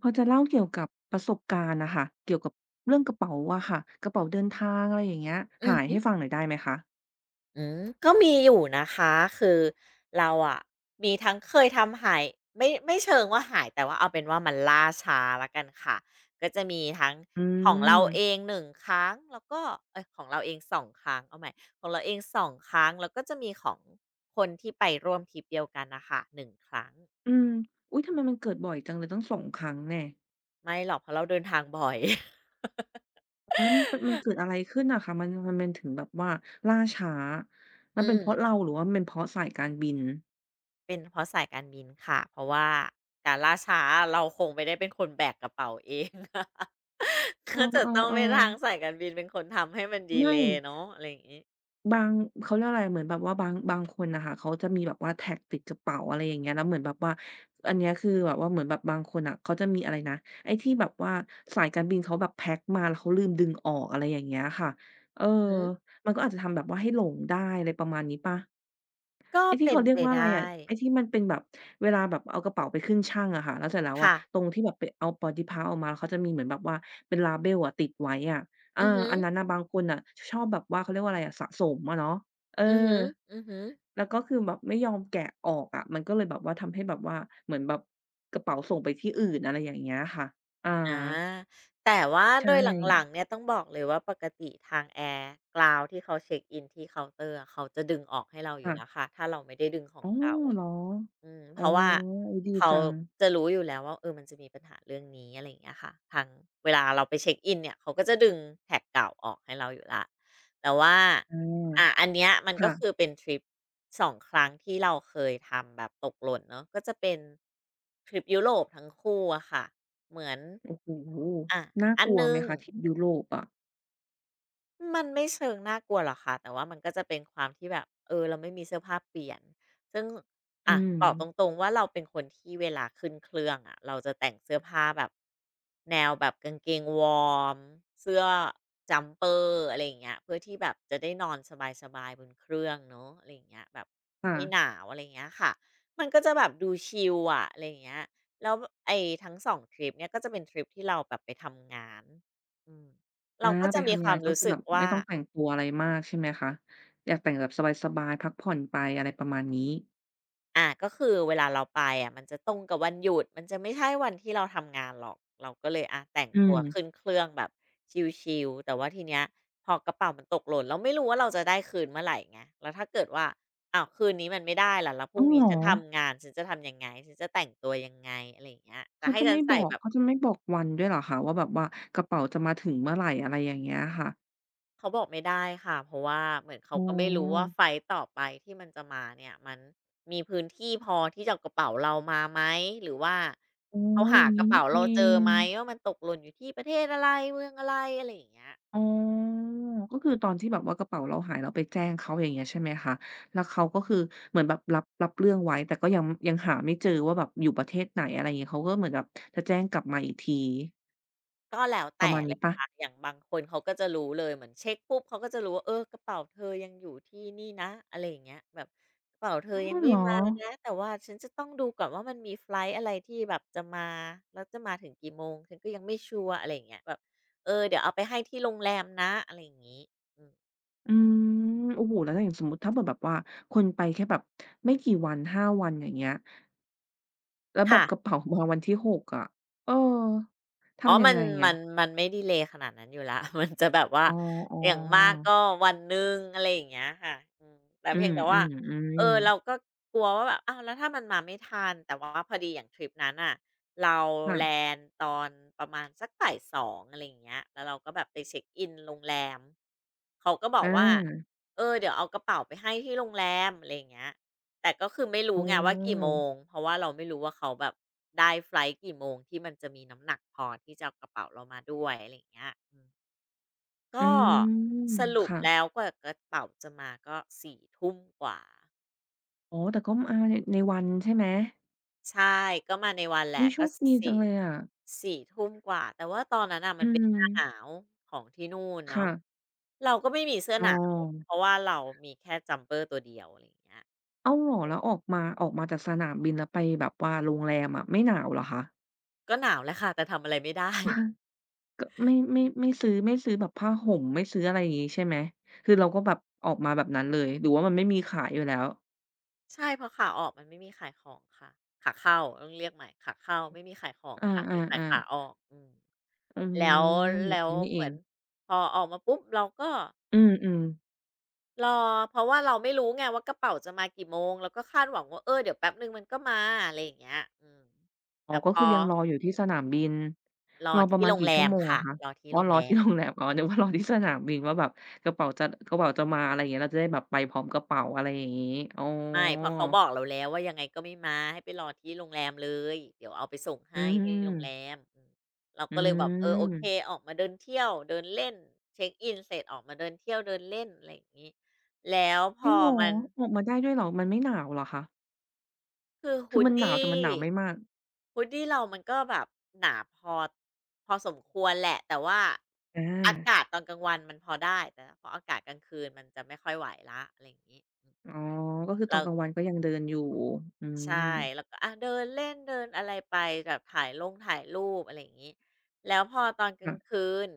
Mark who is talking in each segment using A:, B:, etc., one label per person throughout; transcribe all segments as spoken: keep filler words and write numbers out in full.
A: พอจะเล่าเกี่ยวกับประสบการณ์น่ะค่ะเกี่ยวกับเรื่องกระเป๋าอะค่ะกระเป๋าเดินทางอะไรอย่างเงี้ย
B: อื
A: หาย
B: อ
A: ให้ฟังหน่อยได้ไหมคะ
B: อืมก็มีอยู่นะคะคือเราอะมีทั้งเคยทำหายไม่ไม่เชิงว่าหายแต่ว่าเอาเป็นว่ามันล่าช้าแล้วกันค่ะก็จะมีทั้ง
A: อื
B: ของเรา
A: ม
B: เองหนึ่งครั้งแล้วก็เอยของเราเองสองครั้งเอาใหม่ของเราเองสองครั้งแล้วก็จะมีของคนที่ไปร่วมทริปเดียวกันนะคะค่ะหนึ่งครั้ง
A: อืมอุ๊ยทำไมมันเกิดบ่อยจังเลยตั้งสองครั้งแน่
B: ไม่หรอกเพราะเราเดินทางบ่อย
A: อ๋อแล้วมันเป็นมันเกิดอะไรขึ้นอะคะมันมันมันถึงแบบว่าล่าช้า มัน
B: อื
A: เป็น
B: ม
A: เพราะเราหรือว่ามันเป็นเพราะสายการบิน
B: เป็นเพราะสายการบินค่ะเพราะว่าการล่าช้าเราคงไม่ได้เป็นคนแบกกระเป๋าเอง
A: เออ
B: ก็จะต้องเป็นทาง
A: ๆ
B: สายการบินเป็นคนทำให้มัน
A: ๆ
B: ดีเล
A: ไม่
B: ย์เนาะอะไรอย่างนี้
A: บางเขาเรียกอะไรเหมือนแบบว่าบางบางคนน่ะค่ะเขาจะมีแบบว่าแท็กติดกระเป๋าอะไรอย่างเงี้ยแล้วเหมือนแบบว่าอันเนี้ยคือแบบว่าเหมือนแบบบางคนน่ะเขาจะมีอะไรนะไอ้ที่แบบว่าสายการบินเขาแบบแพ็กมาแล้วเขาลืมดึงออกอะไรอย่างเงี้ยค่ะเออ
B: อือหือ
A: มันก็อาจจะทำแบบว่าให้หลงได้อะไรประมาณนี้เปล่า
B: ก็
A: ไอ้ที่
B: เป็น
A: เขาเรีย
B: ไป
A: กว่าอะไร
B: ได้
A: อะไอ้ที่มันเป็นแบบเวลาแบบเอากระเป๋าไปขึ้นชั่งอะค่ะแล้วเสร็จแล้วอะ
B: ค่ะ
A: ตรงที่แบบไปเอาปอดี้พับออกมาเขาจะมีเหมือนแบบว่าเป็น label อะติดไว้อะเออ
B: อือฮึ
A: อันนั้น
B: อ
A: น่ะบางคนน่ะชอบแบบว่าเขาเรียกว่าอะไรอะสะสมอะเนาะเออ
B: อือหือฮึ
A: แล้วก็คือแบบไม่ยอมแกะออกอะมันก็เลยแบบว่าทำให้แบบว่าเหมือนแบบกระเป๋าส่งไปที่อื่นอะไรอย่างเงี้ยค่ะอา
B: อาแต่ว่าโด
A: ใช่
B: ยหลังๆเนี่ยต้องบอกเลยว่าปกติทางแอร์กราวที่เขาเช็กอินที่เคาน์เตอร์อะเขาจะดึงออกให้เราอยู่แล้ว
A: ค่ะ
B: ค่ะถ้าเราไม่ได้ดึงของ
A: อ๋อ
B: เก่า
A: เหรอ
B: อืมเพ
A: อ๋อ
B: ราะว่า
A: อุ๊ยดี
B: เขา
A: จัง
B: จะรู้อยู่แล้วว่าเออมันจะมีปัญหาเรื่องนี้อะไรอย่างเงี้ยค่ะทางเวลาเราไปเช็กอินเนี่ยเขาก็จะดึงแท็กเก่าออกให้เราอยู่แล้วแต่ว่า
A: อา
B: อ่าอันเนี้ยมันก็
A: ค่ะ
B: คือเป็นทริปสองครั้งที่เราเคยทำแบบตกหล่นเนาะก็จะเป็นทริปยุโรปทั้งคู่อะค่ะเหมือน
A: โอ้โฮ
B: อะ
A: น่า
B: อัน
A: กลั
B: ห
A: วไห
B: นึ่
A: ม
B: ง
A: คะทริปยุโรปอะ
B: มันไม่เชิงน่ากลัวหรอกค่ะแต่ว่ามันก็จะเป็นความที่แบบเออเราไม่มีเสื้อผ้าเปลี่ยนซึ่ง
A: อื
B: อะ
A: ม
B: บอกตรงๆว่าเราเป็นคนที่เวลาขึ้นเครื่องอะเราจะแต่งเสื้อผ้าแบบแนวแบบกางเกงวอร์มเสื้อจัมเปอร์อะไรอย่างเงี้ยเพื่อที่แบบจะได้นอนสบายๆบนเครื่องเนาะอะไรอย่างเงี้ยแบบ
A: ค่ะ
B: ไม่หนาวอะไรอย่างเงี้ยค่ะมันก็จะแบบดูชิลอะอะไรอย่างเงี้ยแล้วไอ้ทั้งสองทริปเนี่ยก็จะเป็นทริปที่เราแบบไปทำงานอืม
A: อา
B: เราก็
A: ไป
B: จะมีค
A: ทำงา
B: วา
A: น
B: ม
A: ก็
B: รู้
A: คือ
B: สึ
A: แบ
B: ก
A: บไม่
B: ว่า
A: ต้องแต่งตัวอะไรมากใช่ไหมคะอยากแต่งแบบสบายๆพักผ่อนไปอะไรประมาณนี้
B: อ่าก็คือเวลาเราไปอะมันจะตรงกับวันหยุดมันจะไม่ใช่วันที่เราทำงานหรอกเราก็เลยอาแต่ง
A: อื
B: ตั
A: ม
B: วขึ้นเครื่องแบบชิลๆแต่ว่าทีเนี้ยพอกระเป๋ามันตกหล่นเราไม่รู้ว่าเราจะได้คืนเมื่อไหร่ไงแล้วถ้าเกิดว่าอ้าวคืนนี้มันไม่ได้ล่ะแล้วพรุ่
A: อ้า
B: ง
A: ว
B: นี้
A: เหรอ
B: ฉันทำงานฉันจะทำยังไงฉันจะแต่งตัวยังไงอะไรอย่างเงี้ยจะ
A: เขา
B: ให้
A: จะ
B: ฉัน
A: ไม่บ
B: ใส่
A: อก
B: แบบ
A: เขาจะไม่บอกวันด้วยเหรอคะว่าแบบว่ากระเป๋าจะมาถึงเมื่อไรอะไรอย่างเงี้ยค่ะ
B: เขาบอกไม่ได้ค่ะเพราะว่าเหมือนเขา
A: อ๋
B: ก็ไม่รู้ว่า
A: อ
B: ไฟต์ต่อไปที่มันจะมาเนี่ยมันมีพื้นที่พอที่จะเอากระเป๋าเรามาไหมหรือว่า
A: อ๋อ
B: เขา
A: อ
B: หา
A: ย่าง
B: กระ
A: งี้
B: เป๋า
A: นี่เอ
B: เราเจอ
A: ง
B: ไหมว่ามันตกหล่นอยู่ที่ประเทศอะไรเมืองอะไรอะไรอย่างเงี้ย
A: อ๋อก็คือตอนที่แบบว่ากระเป๋าเราหายเราไปแจ้งเขาอย่างเงี้ยใช่ไหมคะแล้วเขาก็คือเหมือนแบบรับรับเรื่องไว้แต่ก็ยังยังหาไม่เจอว่าแบบอยู่ประเทศไหนอะไรอย่างงี้เขาก็เหมือนแบบจะแจ้งกลับมาอีกที
B: ก็แล้ว
A: ประ
B: แต่
A: มาณ
B: เล
A: นี้
B: ย
A: เปล่า
B: ค่ะอย่างบางคนเขาก็จะรู้เลยเหมือนเช็คปุ๊บเขาก็จะรู้ว่าเออกระเป๋าเธอยังอยู่ที่นี่นะอะไรอย่างเงี้ยแบบกระเป๋าเธอ
A: อ๋
B: ยัง
A: อ
B: ไม่
A: เหรอ
B: มานะแต่ว่าฉันจะต้องดูก่อนว่ามันมีไฟลต์อะไรที่แบบจะมาแล้วจะมาถึงกี่โมงฉันก็ยังไม่ชัวร์อะไรอย่างเงี้ยแบบเออเดี๋ยวเอาไปให้ที่โรงแรมนะอะไรอย่างงี้อืม
A: อืมโอ้โฮแล้วถ้าอย่างสมมุติถ้าเผื่อแบบว่าคนไปแค่แบบไม่กี่วันห้าวันอย่างเงี้ยแล้วแบ
B: ค่ะ
A: บกระเป๋า มาวันที่หกอะเออ
B: อ๋อ
A: ทำยั
B: มั
A: ง
B: น
A: ไง
B: มั
A: อะ
B: นมันไม่ดีเลย์ขนาดนั้นอยู่แล้ว มันจะแบบว่า
A: อ๋
B: อ
A: อ
B: ย่างมาก
A: ๆ
B: ก็วันหนึ่งอะไรอย่างเงี้ยค่ะอืมแต่
A: อ
B: เพียงแต่ว่า
A: ื
B: เอ
A: ม
B: อ
A: ๆๆ
B: เราก็กลัวว่าแบบอ้าวแล้วถ้ามันมาไม่ทันแต่ว่าพอดีอย่างทริปนั้นอ่ะเราแล
A: ค่ะ
B: นด์ตอนประมาณสักบ่ายสองอะไรอย่างเงี้ยแล้วเราก็แบบไปเช็คอินโรงแรมเขาก็บอ
A: อ
B: กว่า
A: า
B: เออเดี๋ยวเอากระเป๋าไปให้ที่โรงแรมอะไรอย่างเงี้ย แต่ก็คือไม่รู้
A: อ๋อ
B: ไงว่ากี่โมง เพราะว่าเราไม่รู้ว่าเขาแบบได้ไฟลท์กี่โมงที่มันจะมีน้ำหนักพอที่จะเอากระเป๋าเรามาด้วยอะไรอย่างเงี้ยอืม
A: อื
B: ก็
A: ม
B: สรุป
A: ค่ะ
B: แล้วกว่ากระเป๋าจะมาก็สี่ทุ่มกว่า
A: อ๋อแต่ก็มาในในวันใช่ไหม
B: ใช่ก็มาในวันแหละ
A: อุ๊ยโช
B: ก็
A: คดี
B: 4่
A: จังเลยอะ
B: สี่ทุ่มกว่าแต่ว่าตอนนั้นน่ะมั
A: อื
B: นเป็นหน้าหนา
A: ม
B: วของที่นู่นเนาะ
A: ค่ะ
B: เราก็ไม่มีเสื้อ
A: อ๋
B: ห
A: อ
B: นาวเพราะว่าเรามีแค่จัมเปอร์ตัวเดียวอะไรอย่างเงี้ย
A: อ้าวเหรอแล้วออกมาออกมาจากสนามบินแล้วไปแบบว่าโรงแรมอะไม่หนาวเหรอคะ
B: ก็หนาวแหลวค่ะแต่ทำอะไรไม่ได้
A: ก็ไม่ไม่ไม่ซื้อไม่ซื้อแบบผ้าห่มไม่ซื้ออะไรอย่างงี้ใช่ไหมคือเราก็แบบออกมาแบบนั้นเลยหรือว่ามันไม่มีขายอยู่แล้ว
B: ใช่เพราะขาออกมันไม่มีขายของค่ะขาเข้าต้องเรียกใหม่ขาเข้าไม่มีขายของ
A: อ
B: ค่ะมีขาย
A: า
B: ขา
A: ๆ
B: ออ
A: ๆ
B: กอืม
A: อื
B: แล้ว
A: มแบ
B: แล้
A: บ
B: ว
A: นี้นี่
B: เห
A: เอ
B: มือ
A: ง
B: นพอออกมาปุ๊บเราก็
A: อืมๆ
B: รอเพราะว่าเราไม่รู้ไงว่ากระเป๋าจะมากี่โมงเราก็คาดหวังว่าเออเดี๋ยวแป๊บหนึ่งมันก็มาอะไรอย่างเงี้ยอืม
A: อ๋อ
B: แต่พ
A: ก็คื
B: อ
A: อยังรออยู่ที่สนามบิน
B: รอ
A: รอประ
B: ที่
A: มาณ
B: โรง
A: กี่
B: แร
A: ชั่ว
B: ม
A: โมง
B: ค่ะ
A: อะคะ
B: รอที่
A: อ๋อ
B: โรง
A: รอ
B: แร
A: ที่
B: ม
A: โรงแรมอ๋อนึกว่ารอที่สนามบินว่าแบบกระเป๋าจะกระเป๋าจะมาอะไรอย่างเงี้ยเราจะได้แบบไปพร้อมกระเป๋าอะไรอย่างงี้อ๋อ
B: ไม่เพราะเขาบอกเราแล้วว่ายังไงก็ไม่มาให้ไปรอที่โรงแรมเลยเดี๋ยวเอาไปส่ง
A: อื
B: ให้ที่โร
A: ม
B: งแรมอืมเรา
A: อื
B: ก็เลยแบบเออโอเค
A: ม
B: ออกมาเดินเที่ยวเดินเล่นเช็กอินเสร็จออกมาเดินเที่ยวเดินเล่นอะไรอย่างงี้แล้วพ
A: จริ
B: อ
A: งเหรอ
B: มัน
A: ออกมาได้ด้วยเหรอมันไม่หนาวเหรอคะ
B: คือ
A: คือมันหนาวแต่มันหนา
B: hoodie
A: วไม่มาก
B: hoodie เรามันก็แบบหนาพอพอสมควรแหละแต่ว่า
A: อา
B: อากาศตอนกลางวันมันพอได้แต่พออากาศกลางคืนมันจะไม่ค่อยไหวแล้วอะไรอย่างงี้
A: อ๋อก็คือตอนกลางวันก็ยังเดินอยู่อื
B: ใช่
A: ม
B: แล้วก็อะเดินเล่นเดินอะไรไปแบบถ่ายลงถ่ายรูปอะไรอย่างงี้แล้วพอตอนกลา
A: ค่ะ
B: งคืน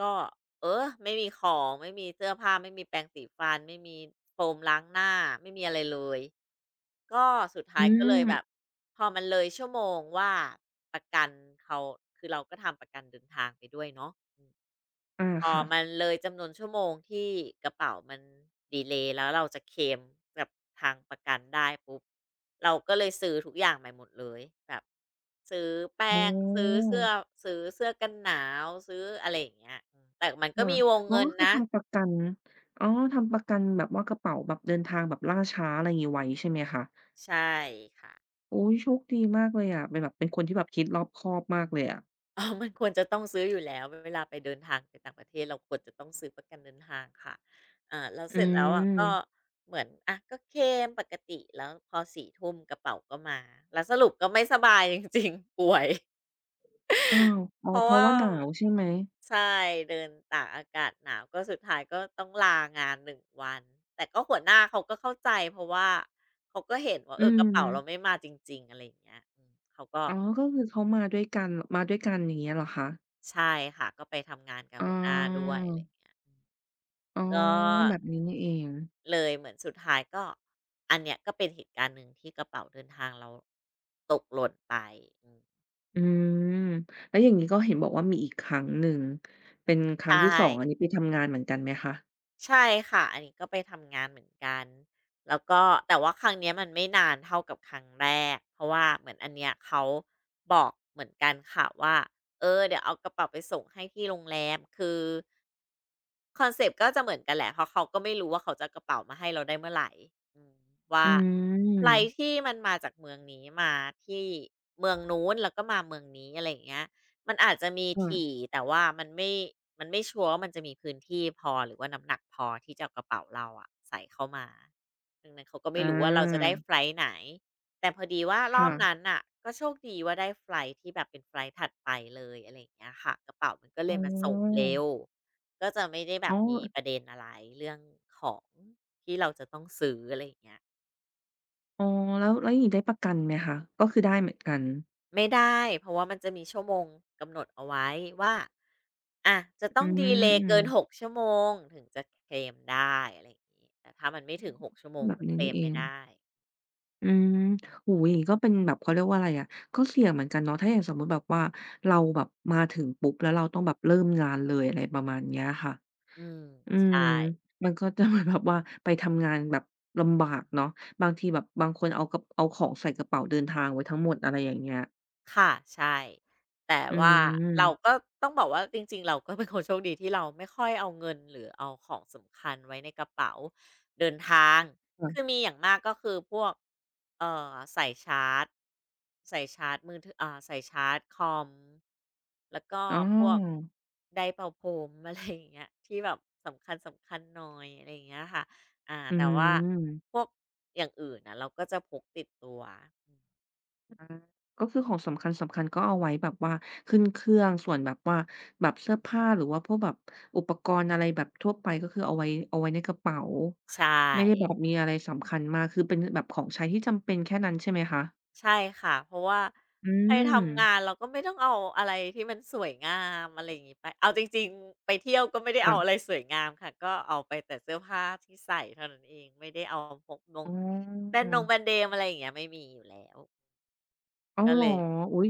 B: ก็เออไม่มีของไม่มีเสื้อผ้าไม่มีแปรงสีฟันไม่มีโฟมล้างหน้าไม่มีอะไรเลยก็สุดท้าย
A: อื
B: ก็เลย
A: ม
B: แบบพอมันเลยชั่วโมงว่าประกันเขาคือเราก็ทำประกันเดินทางไปด้วยเนาะ
A: อา
B: อ๋อ
A: ค่ะ
B: มันเลยจำนวนชั่วโมงที่กระเป๋ามันดีเลย์แล้วเราจะเคลมกับทางประกันได้ปุ๊บ เราก็เลยซื้อทุกอย่างใหม่หมดเลยแบบซื้อแป้
A: อ๋
B: งซื้อ
A: อ
B: เสื้อซื้อเสื้อกันหนาวซื้ออะไรอย่างเงี้ยอืมแต่มันก็
A: ค่ะ
B: มีวง
A: อ๋อ
B: เงิน
A: ก็คือ
B: นะ
A: ทำประกันอ๋อทำประกันแบบว่ากระเป๋าแบบเดินทางแบบล่าช้าอะไรงี้ไว้ใช่ไหมคะ
B: ใช่ค่ะ
A: อุ๊ยโชคดีมากเลยอะเป็นแบบเป็นคนที่แบบคิดรอบคอบมากเลยอะ
B: อ๋อ มันควรจะต้องซื้ออยู่แล้วเวลาไปเดินทางไปต่างประเทศเราควรจะต้องซื้อประกันเดินทางค่ะอ่าแล้ว
A: อื
B: เสร็จแล้วอะก็
A: ม
B: เหมือนอะก็เคลมปกติแล้วพอสี่ทุ่มกระเป๋าก็มาแล้วสรุปก็ไม่สบายจริงๆป่วย
A: อ้าวอ๋อ
B: เพราะ
A: เพราะ
B: ว่า
A: ว่าหนาวใช่ไหม
B: ใช่เดินตากอากาศหนาวก็สุดท้ายก็ต้องลางานหนึ่งวันแต่ก็หัวหน้าเขาก็เข้าใจเพราะว่าเขาก็เห็นว่าเอ
A: อื
B: อกระ
A: ม
B: เป๋าเราไม่มาจริงๆอะไรอย่างเงี้ยอืมเขาก็
A: อ๋อก็คือเขามาด้วยกันมาด้วยกันอย่างเงี้ยเหรอคะ
B: ใช่ค่ะก็ไปทำงานกับ
A: อ๋
B: หัวหน้าด้ว
A: อ
B: ยอะไรอย่างเงี้ย
A: อ๋อ
B: ก็
A: แบบนี้นี่เอง
B: เลยเหมือนสุดท้ายก็อันเนี้ยก็เป็นเหตุการณ์หนึ่งที่กระเป๋าเดินทางเราตกหล่นไปอืม
A: อืมแล้วอย่างงี้ก็เห็นบอกว่ามีอีกครั้งหนึ่งเป็นครั้ง
B: ใช่
A: ที่สององอันนี้ไปทำงานเหมือนกันไหมคะ
B: ใช่ค่ะอันนี้ก็ไปทำงานเหมือนกันแล้วก็แต่ว่าครั้งเนี้ยมันไม่นานเท่ากับครั้งแรกเพราะว่าเหมือนอันเนี้ยเขาบอกเหมือนกันค่ะว่าเออเดี๋ยวเอากระเป๋าไปส่งให้ที่โรงแรมคือ คอนเซปต์ก็จะเหมือนกันแหละเพราะเขาก็ไม่รู้ว่าเขาจะเอากระเป๋ามาให้เราได้เมื่อไหร่อืมว่า
A: อื
B: ไฟลต์
A: ม
B: ที่มันมาจากเมืองนี้มาที่เมืองนู้นแล้วก็มาเมืองนี้อะไรอย่างเงี้ยมันอาจจะมีถี่
A: ค่ะ
B: แต่ว่ามันไม่มันไม่ชัวร์ว่ามันจะมีพื้นที่พอหรือว่าน้ำหนักพอที่จะเอากระเป๋าเราอะใส่เข้ามาดังนั้นเขาก็ไม่
A: อา
B: รู้ว่าเราจะได้ไฟลท์ไหนแต่พอดีว่ารอ
A: ค่ะ
B: บนั้นน่ะก็โชคดีว่าได้ไฟลท์ที่แบบเป็นไฟลท์ถัดไปเลยอะไรอย่างเงี้ยค่ะกระเป๋ามันก็เล
A: อ๋
B: ยมาส่ง
A: อ
B: เร็ว ก็จะไม่ได้แบ
A: อ๋อ
B: บมีประเด็นอะไรเรื่องของที่เราจะต้องซื้ออะไรอย่างเงี้ย
A: อ๋อแล้วแล้วอย่างงี้ได้ประกันไหมคะก็คือได้เหมือนกัน
B: ไม่ได้เพราะว่ามันจะมีชั่วโมงกำหนดเอาไว้ว่าอ่ะจะต้อ
A: อื
B: งดีเลย์เกินหก
A: ม
B: ชั่วโมงถึงจะเคลมได้อะไรอย่างงี้แต่ถ้ามันไม่ถึงหกชั่วโมง
A: แบบ
B: ก็เค
A: นี้
B: ล
A: นี่
B: ม
A: เอ
B: ไม่
A: ง
B: ได้
A: อืมโอ้โฮอย่างงี้ก็เป็นแบบเขาเรียกว่าอะไรอะก็เสี่ยงเหมือนกันเนาะถ้าอย่างสมมุติแบบว่าเราแบบมาถึงปุ๊บแล้วเราต้องแบบเริ่มงานเลยอะไรประมาณเนี้ยค่ะ
B: อืม
A: อืม
B: ใช่
A: มันก็จะเหมือนแบบว่าไปทำงานแบบลำบากเนาะบางทีแบบบางคนเอากระเอาของใส่กระเป๋าเดินทางไว้ทั้งหมดอะไรอย่างเงี้ย
B: ค่ะใช่แต่
A: อื
B: ว่าเราก็
A: ม
B: ต้องบอกว่าจริงๆเราก็เป็นคนโชคดีที่เราไม่ค่อยเอาเงินหรือเอาของสำคัญไว้ในกระเป๋าเดินทาง
A: ค่ะ
B: คือมีอย่างมากก็คือพวกเอ่อสายชาร์จสายชาร์จมือถืออ่าสายชาร์จคอมแล้วก็
A: อ๋อ
B: พวกไดร์เป่าผม อะไรอย่างเงี้ยที่แบบสำคัญๆหน่อยอะไรอย่างเงี้ยค่ะอ่า
A: อื
B: แต่ว่า
A: ม
B: พวกอย่างอื่นน่ะเราก็จะพกติดตัวอืม
A: ก็คือของสำคัญสำคัญก็เอาไว้แบบว่าขึ้นเครื่องส่วนแบบว่าแบบเสื้อผ้าหรือว่าพวกแบบอุปกรณ์อะไรแบบทั่วไปก็คือเอาไว้เอาไว้ในกระเป๋า
B: ใช่
A: ไม่ได้แบบมีอะไรสำคัญมากคือเป็นแบบของใช้ที่จำเป็นแค่นั้นใช่ไหมคะ
B: ใช่ค่ะเพราะว่า
A: อื
B: ไป
A: ม
B: ทำงานเราก็ไม่ต้องเอาอะไรที่มันสวยงามอะไรอย่างงี้ไปเอาจริงๆไปเที่ยวก็ไม่ได้
A: ค่ะ
B: เอาอะไรสวยงามค่ะก็เอาไปแต่เสื้อผ้าที่ใส่เท่านั้นเองไม่ได้เอาพกนง
A: อ๋
B: แบรนด์นงแบรน
A: อ
B: ด์เนมอะไรอย่างเงี้ยไม่มีอยู่แล้ว
A: อ้าว
B: ก็
A: เหร
B: เล
A: อ
B: ย
A: อุ๊ย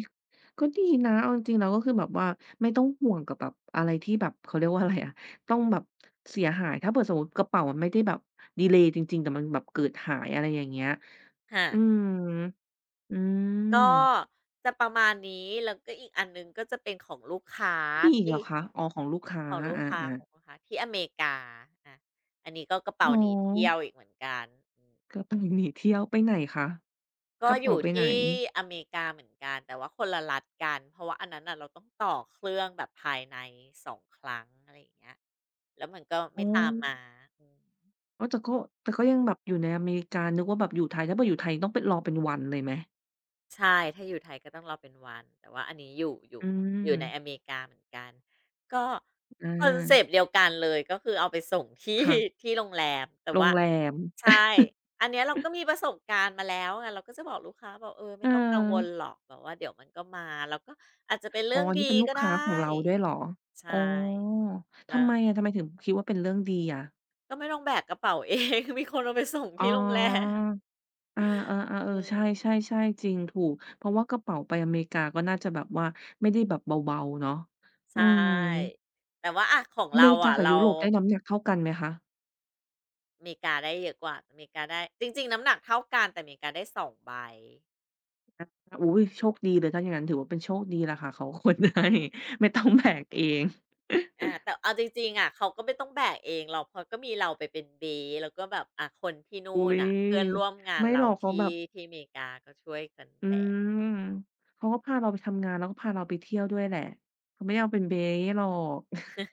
A: ก็ดีนะเอาจริงๆแล้วก็คือแบบว่าไม่ต้องห่วงกับแบบอะไรที่แบบเขาเรียกว่าอะไรอะต้องแบบเสียหาย ถ้าเผื่อสมมุติกระเป๋ามันไม่ได้แบบดีเลย์จริงๆ แต่มันแบบเกิดหายอะไรอย่างเงี้ย
B: ค่ะ
A: อืออื
B: ก็
A: ม
B: จะประมาณนี้แล้วก็อีกอันหนึ่งก็จะเป็นของลูกค้า
A: มีอีก
B: ที่
A: เหรอคะอ๋อของลูกค้า
B: ของลูกค้า
A: อา
B: ขอ
A: ๆ
B: งลูกค้าที่อเมริกาอะอันนี้ก็กระ
A: เห
B: เป๋า
A: รอ
B: หนีเที่ยวอีกเหมือนกัน
A: กระเป๋าหนีเที่ยวไปไหนคะก
B: ก็
A: ระ
B: อ
A: เป๋า
B: ยู่
A: ไปไหน
B: ที่อเมริกาเหมือนกันแต่ว่าคนละรัฐกันเพราะว่าอันนั้นน่ะเราต้องต่อเครื่องแบบภายในสองครั้งอะไรอย่างเงี้ยแล้วมันก็
A: อ๋อ
B: ไม่ตามมาอืม
A: อาวแต่ก็แต่ก็ยังแบบอยู่ในอเมริกานึกว่าแบบอยู่ไทยถ้าเผื่ออยู่ไทยต้องเป็นรอเป็นวันเลยไหม
B: ใช่ถ้าอยู่ไทยก็ต้องรอเป็นวันแต่ว่าอันนี้อยู่อยู่
A: อื
B: อยู่
A: ม
B: ในอเมริกาเหมือนกันก็
A: อ
B: คอนเซปต์
A: า
B: เดียวกันเลยก็คือเอาไปส่งที่
A: ค่ะ
B: ที่โรงแรมแต่
A: โรง
B: ว่า
A: แรม
B: ใช่อันเนี้ยเราก็มีประสบการณ์มาแล้วไงเราก็จะบอกลูกค้าบอกเออ
A: เ
B: ไม่ต้องกังวล
A: ออ
B: หรอกแบบว่าเดี๋ยวมันก็มาแล้วก็อาจจะเป็น
A: อ๋
B: เรื่
A: อ
B: อง
A: อัน
B: ดี
A: นี้เป็นลู
B: ก็
A: ก
B: ได้
A: ค้าของเราด้วยเหรอ
B: ใช่
A: อ๋อ
B: แล้
A: ทำ
B: ว
A: ไมอะทำไมถึงคิดว่าเป็นเรื่องดีอะ
B: ก็ไม่ต้องแบกกระเป๋า เองมีคนเอาไปส่ง
A: อ๋
B: ที่
A: อ
B: โรงแรม
A: อาเออๆเออ
B: อื
A: ใช
B: ม
A: ่ๆๆจริงถูก เพราะว่ากระเป๋าไปอเมริกาก็น่าจะแบบว่าไม่ได้แบบเบาๆเนาะ
B: ใช
A: อืม
B: ่แต่ว่าอะของ
A: อเม
B: เรา
A: ริกา
B: อะ
A: กับ
B: เรา
A: ยุโรปได้น้ำหนักเท่ากันไหมคะ
B: อเมริกาได้เยอะกว่าอเมริกาได้จริงๆน้ำหนักเท่ากันแต่อเมริกาได้สองใบ
A: อุ๊ยโชคดีเลยถ้าอย่างงั้นถือว่าเป็นโชคดีแหละค่ะเขาขนให้ ไม่ต้องแบกเอง
B: อาแต่เอาจริงๆอะเขาก็ไม่ต้องแบกเองหรอกเพราะก็มีเราไปเป็นเบสแล้วก็แบบอ่าคนที่
A: อุ๊
B: นู่น
A: ย
B: น่ะเพื่อนร่วมงาน
A: ไม่ห
B: เรา
A: รอกเขาแบ
B: ที่
A: บ
B: ที่อเมริกาก็ช่วยกัน
A: อื
B: แบก
A: ม เขาก็พาเราไปทำงานแล้วก็พาเราไปเที่ยวด้วยแหละเขาไม่ได้เอาเป็นเบ๊หรอก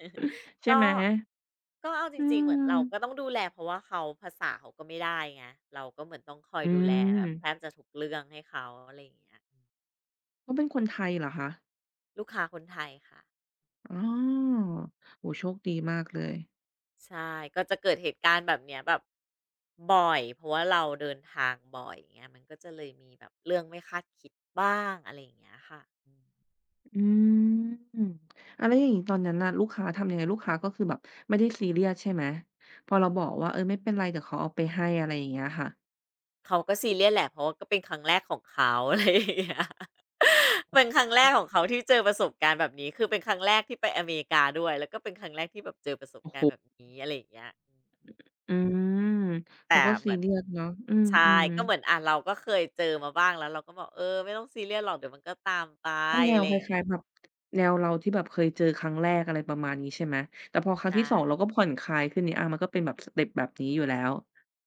A: ใช่
B: ก็
A: ไหม
B: ก็เอาจ
A: อื
B: ริงๆเหมือน
A: ม
B: เราก็ต้องดูแลเพราะว่าเขาภาษาเขาก็ไม่ได้ไงเราก็เหมือนต้องคอย
A: อื
B: ดูแลแบบแทบ
A: ม
B: จะทุกเรื่องให้เขาอะไรอย่างเงี้ย
A: เขาเป็นคนไทยเหรอคะ
B: ลูกค้าคนไทยค่ะ
A: อ๋อโอ้โโชคดีมากเลย
B: ใช่ก็จะเกิดเหตุการณ์แบบเนี้ยแบบบ่อยเพราะว่าเราเดินทางบ่อยอย่างเงี้ยมันก็จะเลยมีแบบเรื่องไม่คาดคิดบ้างอะไรอย่างเงี้ยค่ะอืม
A: อืมอาแล้วอย่างงี้ตอนนั้นน่ะลูกค้าทำยังไงลูกค้าก็คือแบบไม่ได้ซีเรียสใช่ไหมพอเราบอกว่าเออไม่เป็นไรเดี๋ยวเขาเอาไปให้อะไรอย่างเงี้ยค่ะ
B: เขาก็ซีเรียสแหละเพราะว่าก็เป็นครั้งแรกของเขา อะไรอย่างเงี้ยเป็นครั้งแรกของเขาที่เจอประสบการณ์แบบนี้คือเป็นครั้งแรกที่ไปอเมริกาด้วยแล้วก็เป็นครั้งแรกที่แบบเจอประสบ
A: โอ้
B: กา
A: โห
B: รณ์แบบนี้อะไรอย่างเงี้ยอืม
A: อืม
B: แต่
A: เขาก็
B: เห
A: ซี
B: มือน
A: เรียสเนาะอืม
B: ใช่
A: อืม
B: ก็เหมือนอ่าเราก็เคยเจอมาบ้างแล้วเราก็บอกเออไม่ต้องซีเรียสหรอกเดี๋ยวมันก็ตามไป
A: ก็แน
B: อะ
A: ว
B: ไร
A: ค
B: อย่างเงี้
A: ล้า
B: ย
A: ยๆแบบแนวเราที่แบบเคยเจอครั้งแรกอะไรประมาณนี้ใช่ไหมแต่พอครั้ง
B: ใช่
A: ที่สองเราก็ผ่อนคลายขึ้นนี่อามันก็เป็นแบบสเต็ปแบบนี้อยู่แล้ว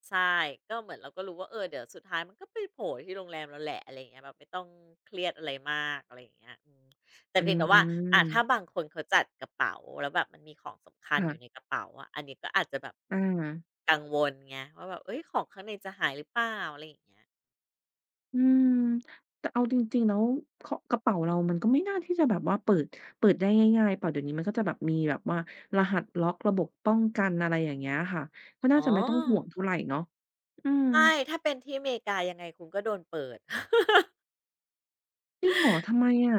B: ใช่ก็เหมือนเราก็รู้ว่าเออเดี๋ยวสุดท้ายมันก็ไปโผล่ที่โรงแรมเราแหละอะไรอย่างเงี้ยแบบไม่ต้องเครียดอะไรมากอะไรอย่างเงี้ยอืมแต่
A: อื
B: เพียงแต่ว่าอ่าถ้าบาง
A: ม
B: คนเขาจัดกระเป๋าแล้วแบบมันมีของสำคัญอยู่ใน
A: ค่ะ
B: กระเป๋าอะอันนี้ก็อาจจะแบบ
A: อา
B: กังวลไงว่าแบบเฮ้ยของข้างในจะหายหรือเปล่าอะไรอย่างเงี้ย
A: อืมแต่เอาจริงๆแล้วเคาะกระเป๋าเรามันก็ไม่น่าที่จะแบบว่าเปิดเปิดได้ง่ายๆเปล่าเดี๋ยวนี้มันก็จะแบบมีแบบว่ารหัสล็อกระบบป้องกันอะไรอย่างเงี้ยค่ะก็
B: อ๋
A: น่า
B: อ
A: จะไม่ต้องห่วงเท่าไรเนาะอืม
B: ไม่ถ้าเป็นที่อเมริกายังไงคุณก็โดนเปิด
A: จริงเหรอทำไมอะ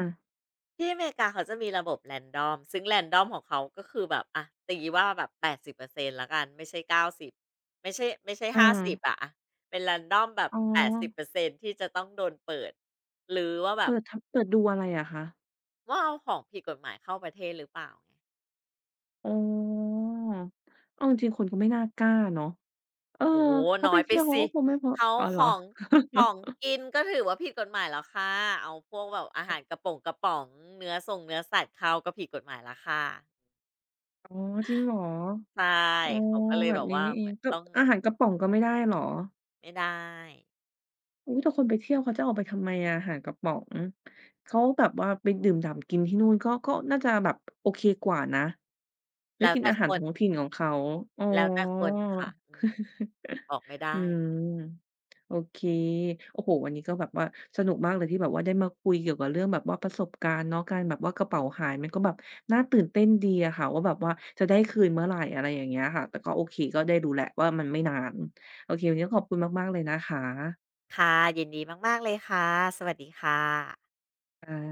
B: ที่อเมริกาเขาจะมีระบบแรนดอมซึ่งแรนดอมของเขาก็คือแบบอะตีว่าแบบแปดสิบเปอร์เซ็นต์แปดสิบเปอร์เซ็นต์ล้วกันไม่ใช่เก้าสิบไม่ใช่ไม่ใช่
A: อา
B: ห้าสิบอะอะเป็นแรนดอมแบบ
A: อ๋อ
B: แปดสิบเปอร์เซ็นต์ที่จะต้องโดนเปิดหรือว่าแบบ
A: เปิดทเปิดดูอะไรอะคะ
B: ว่าเอาของผิดกฎหมายเข้าประเทศหรือเปล่าไง
A: อ๋อเอาจริงๆคนก็ไม่น่ากล้าเนาะเออ
B: โอ้โฮ
A: เขา
B: น้อ
A: ไป
B: ยไป
A: เที่ยวเขา
B: สิ
A: ก็คงไม่พก
B: เขา
A: อ๋อ
B: ข
A: เหรอ
B: องของ กินก็ถือว่าผิดกฎหมายแล้วค่ะเอาพวกแบบอาหารกระป๋งกระป๋องเนื้อส่งเนื้อสัตว์เข้าก็ผิดกฎหมายแล้วค่ะ
A: อ๋อจริงเหรอ
B: ใช่
A: อ๋อ
B: เขาก็เลย
A: แบ
B: แบ
A: บ
B: บ
A: นี้
B: ว่า
A: นี่เอ
B: เหมื
A: ง
B: อน
A: ก็
B: ต้อง
A: อาหารกระป๋องก็ไม่ได้เหรอ
B: ไม่ได้
A: อุ๊ยแต่คนไปเที่ยวเขาจะเอาไปทำไมอะอาหารกระป๋อง เขาแบบว่าไปดื่มด่ำกินที่นู่นก็ก็น่าจะแบบโอเคกว่านะได้
B: แล้ว
A: กิน
B: แต่
A: อาหา
B: ค
A: รท้
B: น
A: องถิ่นของเขาอ๋อ
B: แล้วแต่คนค่ะอืมบอกไม่
A: อื
B: ได้
A: มโอเคโอ้โฮวันนี้ก็แบบว่าสนุกมากเลยที่แบบว่าได้มาคุยเกี่ยวกับเรื่องแบบว่าประสบการณ์เนาะการแบบว่ากระเป๋าหายมันก็แบบน่าตื่นเต้นดีอะค่ะว่าแบบว่าจะได้คืนเมื่อไรอะไรอย่างเงี้ยค่ะแต่ก็โอเคก็ได้รู้แล้วว่ามันไม่นานโอเควันนี้ก็ขอบคุณมากๆเลยนะคะ
B: ค่ะยินดีมากๆเลยค่ะ สวัสดีค่ะ
A: ค่ะ